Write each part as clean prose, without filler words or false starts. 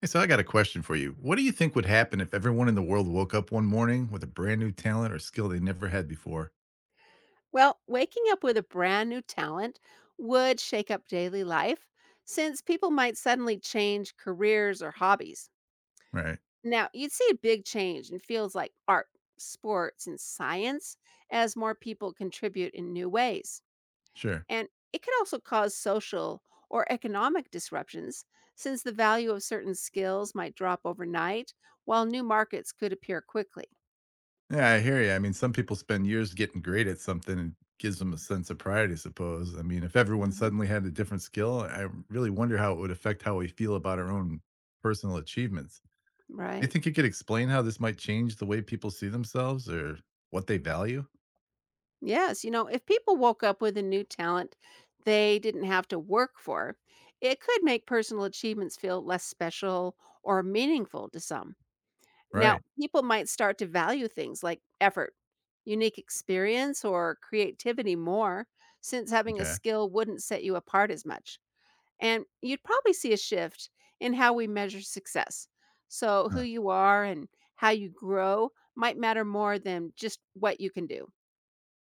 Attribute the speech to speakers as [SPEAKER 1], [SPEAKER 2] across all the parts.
[SPEAKER 1] Hey, so I got a question for you. What do you think would happen if everyone in the world woke up one morning with a brand new talent or skill they never had before?
[SPEAKER 2] Well, waking up with a brand new talent would shake up daily life since people might suddenly change careers or hobbies.
[SPEAKER 1] Right.
[SPEAKER 2] Now, you'd see a big change in fields like art, sports, and science as more people contribute in new ways.
[SPEAKER 1] Sure.
[SPEAKER 2] And it could also cause social or economic disruptions since the value of certain skills might drop overnight while new markets could appear quickly.
[SPEAKER 1] Yeah, I hear you. I mean, some people spend years getting great at something and gives them a sense of pride, I suppose. I mean, if everyone
[SPEAKER 2] Mhm.
[SPEAKER 1] suddenly had a different skill, I really wonder how it would affect how we feel about our own personal achievements. Do you
[SPEAKER 2] Right.
[SPEAKER 1] think you could explain how this might change the way people see themselves or what they value?
[SPEAKER 2] Yes, you know, if people woke up with a new talent they didn't have to work for, it could make personal achievements feel less special or meaningful to some. Now,
[SPEAKER 1] Right.
[SPEAKER 2] people might start to value things like effort, unique experience, or creativity more, since having a
[SPEAKER 1] Okay.
[SPEAKER 2] skill wouldn't set you apart as much. And you'd probably see a shift in how we measure success. So, who
[SPEAKER 1] Huh.
[SPEAKER 2] you are and how you grow might matter more than just what you can do.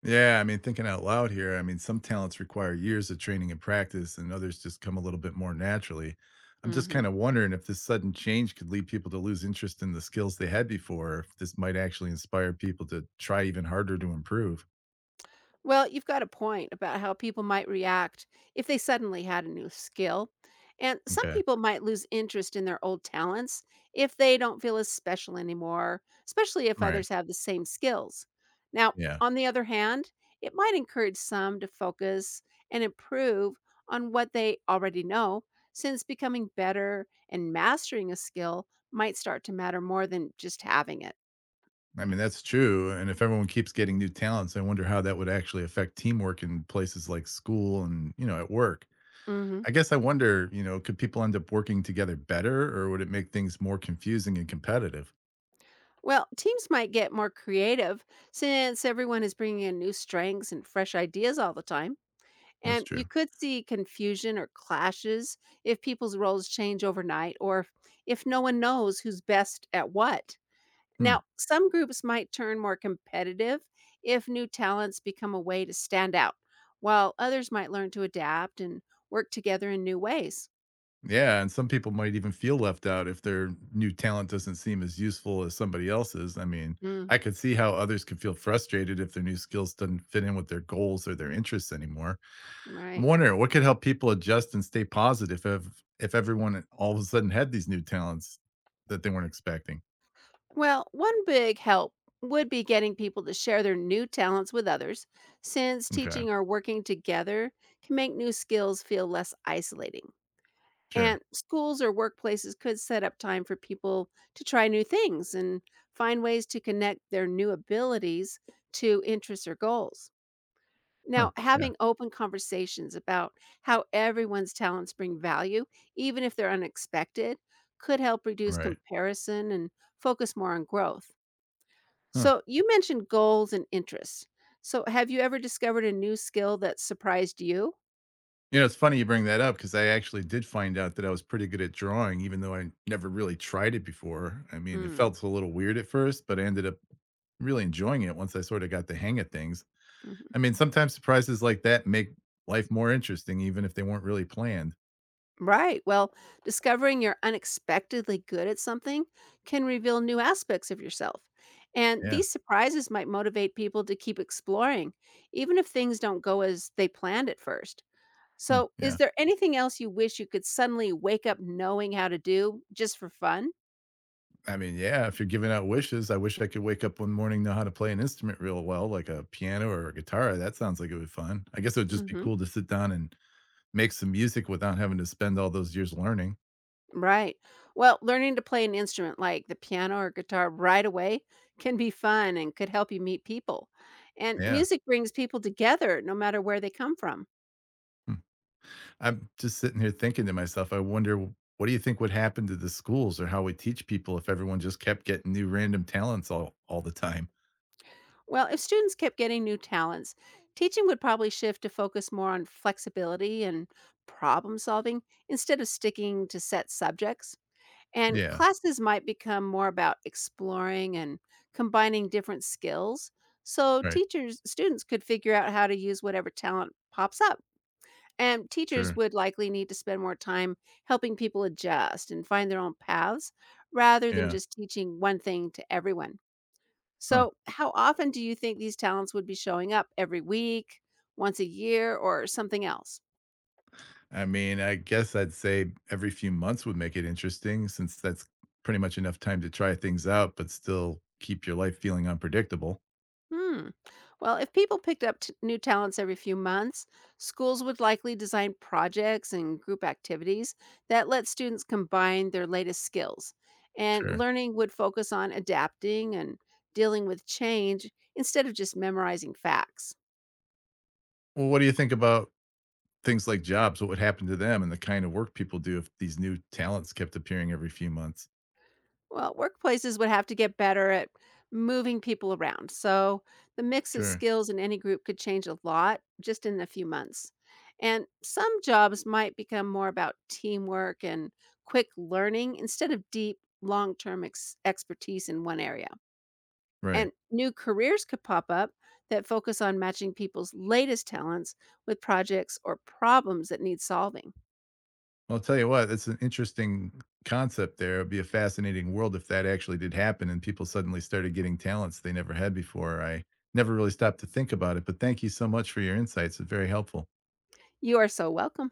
[SPEAKER 1] Yeah, I mean, thinking out loud here, I mean, some talents require years of training and practice, and others just come a little bit more naturally. I'm just
[SPEAKER 2] Hmm.
[SPEAKER 1] kind of wondering if this sudden change could lead people to lose interest in the skills they had before, or if this might actually inspire people to try even harder to improve.
[SPEAKER 2] Well, you've got a point about how people might react if they suddenly had a new skill. And some
[SPEAKER 1] Okay.
[SPEAKER 2] people might lose interest in their old talents if they don't feel as special anymore, especially if
[SPEAKER 1] All right.
[SPEAKER 2] others have the same skills. Now,
[SPEAKER 1] Yeah.
[SPEAKER 2] on the other hand, it might encourage some to focus and improve on what they already know, since becoming better and mastering a skill might start to matter more than just having it.
[SPEAKER 1] I mean, that's true. And if everyone keeps getting new talents, I wonder how that would actually affect teamwork in places like school and, you know, at work.
[SPEAKER 2] Hmm.
[SPEAKER 1] I guess I wonder, you know, could people end up working together better or would it make things more confusing and competitive?
[SPEAKER 2] Well, teams might get more creative since everyone is bringing in new strengths and fresh ideas all the time.
[SPEAKER 1] That's
[SPEAKER 2] And you
[SPEAKER 1] true.
[SPEAKER 2] could see confusion or clashes if people's roles change overnight or if no one knows who's best at what.
[SPEAKER 1] Hmm.
[SPEAKER 2] Now, some groups might turn more competitive if new talents become a way to stand out, while others might learn to adapt and work together in new ways.
[SPEAKER 1] Yeah, and some people might even feel left out if their new talent doesn't seem as useful as somebody else's. I mean,
[SPEAKER 2] Mm,
[SPEAKER 1] I could see how others could feel frustrated if their new skills doesn't fit in with their goals or their interests anymore. I'm
[SPEAKER 2] right.
[SPEAKER 1] wondering what could help people adjust and stay positive if everyone all of a sudden had these new talents that they weren't expecting.
[SPEAKER 2] Well, one big help would be getting people to share their new talents with others, since
[SPEAKER 1] Okay,
[SPEAKER 2] teaching or working together can make new skills feel less isolating.
[SPEAKER 1] sure.
[SPEAKER 2] And schools or workplaces could set up time for people to try new things and find ways to connect their new abilities to interests or goals.
[SPEAKER 1] Huh.
[SPEAKER 2] Now,
[SPEAKER 1] Yeah,
[SPEAKER 2] having open conversations about how everyone's talents bring value, even if they're unexpected, could help reduce
[SPEAKER 1] right.
[SPEAKER 2] comparison and focus more on growth.
[SPEAKER 1] Huh.
[SPEAKER 2] So you mentioned goals and interests. So have you ever discovered a new skill that surprised you?
[SPEAKER 1] You know, it's funny you bring that up because I actually did find out that I was pretty good at drawing, even though I never really tried it before. I mean, it
[SPEAKER 2] Mm,
[SPEAKER 1] felt a little weird at first, but I ended up really enjoying it once I sort of got the hang of things.
[SPEAKER 2] mhm.
[SPEAKER 1] I mean, sometimes surprises like that make life more interesting, even if they weren't really planned.
[SPEAKER 2] Right. Well, discovering you're unexpectedly good at something can reveal new aspects of yourself. And
[SPEAKER 1] Yeah.
[SPEAKER 2] these surprises might motivate people to keep exploring, even if things don't go as they planned at first.
[SPEAKER 1] Hmm.
[SPEAKER 2] So, is
[SPEAKER 1] Yeah.
[SPEAKER 2] there anything else you wish you could suddenly wake up knowing how to do just for fun?
[SPEAKER 1] I mean, yeah, if you're giving out wishes, I wish I could wake up one morning, know how to play an instrument real well, like a piano or a guitar. That sounds like it would be fun. I guess it would just be
[SPEAKER 2] Hmm.
[SPEAKER 1] cool to sit down and make some music without having to spend all those years learning.
[SPEAKER 2] Right. Well, learning to play an instrument like the piano or guitar right away can be fun and could help you meet people. And
[SPEAKER 1] Yeah.
[SPEAKER 2] music brings people together no matter where they come from.
[SPEAKER 1] Hmm. I'm just sitting here thinking to myself, I wonder what do you think would happen to the schools or how we teach people if everyone just kept getting new random talents all the time?
[SPEAKER 2] Well, if students kept getting new talents, teaching would probably shift to focus more on flexibility and problem solving instead of sticking to set subjects. And
[SPEAKER 1] Yeah,
[SPEAKER 2] classes might become more about exploring and combining different skills so
[SPEAKER 1] right.
[SPEAKER 2] teachers students could figure out how to use whatever talent pops up. And teachers
[SPEAKER 1] Sure.
[SPEAKER 2] would likely need to spend more time helping people adjust and find their own paths rather than
[SPEAKER 1] Yeah.
[SPEAKER 2] just teaching one thing to everyone.
[SPEAKER 1] Huh.
[SPEAKER 2] So, how often do you think these talents would be showing up? Every week, once a year, or something else?
[SPEAKER 1] I mean, I guess I'd say every few months would make it interesting since that's pretty much enough time to try things out, but still keep your life feeling unpredictable.
[SPEAKER 2] Hmm. Well, if people picked up new talents every few months, schools would likely design projects and group activities that let students combine their latest skills. And
[SPEAKER 1] Sure.
[SPEAKER 2] learning would focus on adapting and dealing with change instead of just memorizing facts.
[SPEAKER 1] Well, what do you think about things like jobs? What would happen to them and the kind of work people do if these new talents kept appearing every few months?
[SPEAKER 2] Well, workplaces would have to get better at moving people around. So the mix of
[SPEAKER 1] Sure.
[SPEAKER 2] skills in any group could change a lot just in a few months. And some jobs might become more about teamwork and quick learning instead of deep, long term expertise in one area.
[SPEAKER 1] Right.
[SPEAKER 2] And new careers could pop up that focus on matching people's latest talents with projects or problems that need solving.
[SPEAKER 1] Well, I'll tell you what, it's an interesting concept there. It'd be a fascinating world if that actually did happen and people suddenly started getting talents they never had before. I never really stopped to think about it, but thank you so much for your insights. It's very helpful.
[SPEAKER 2] You are so welcome.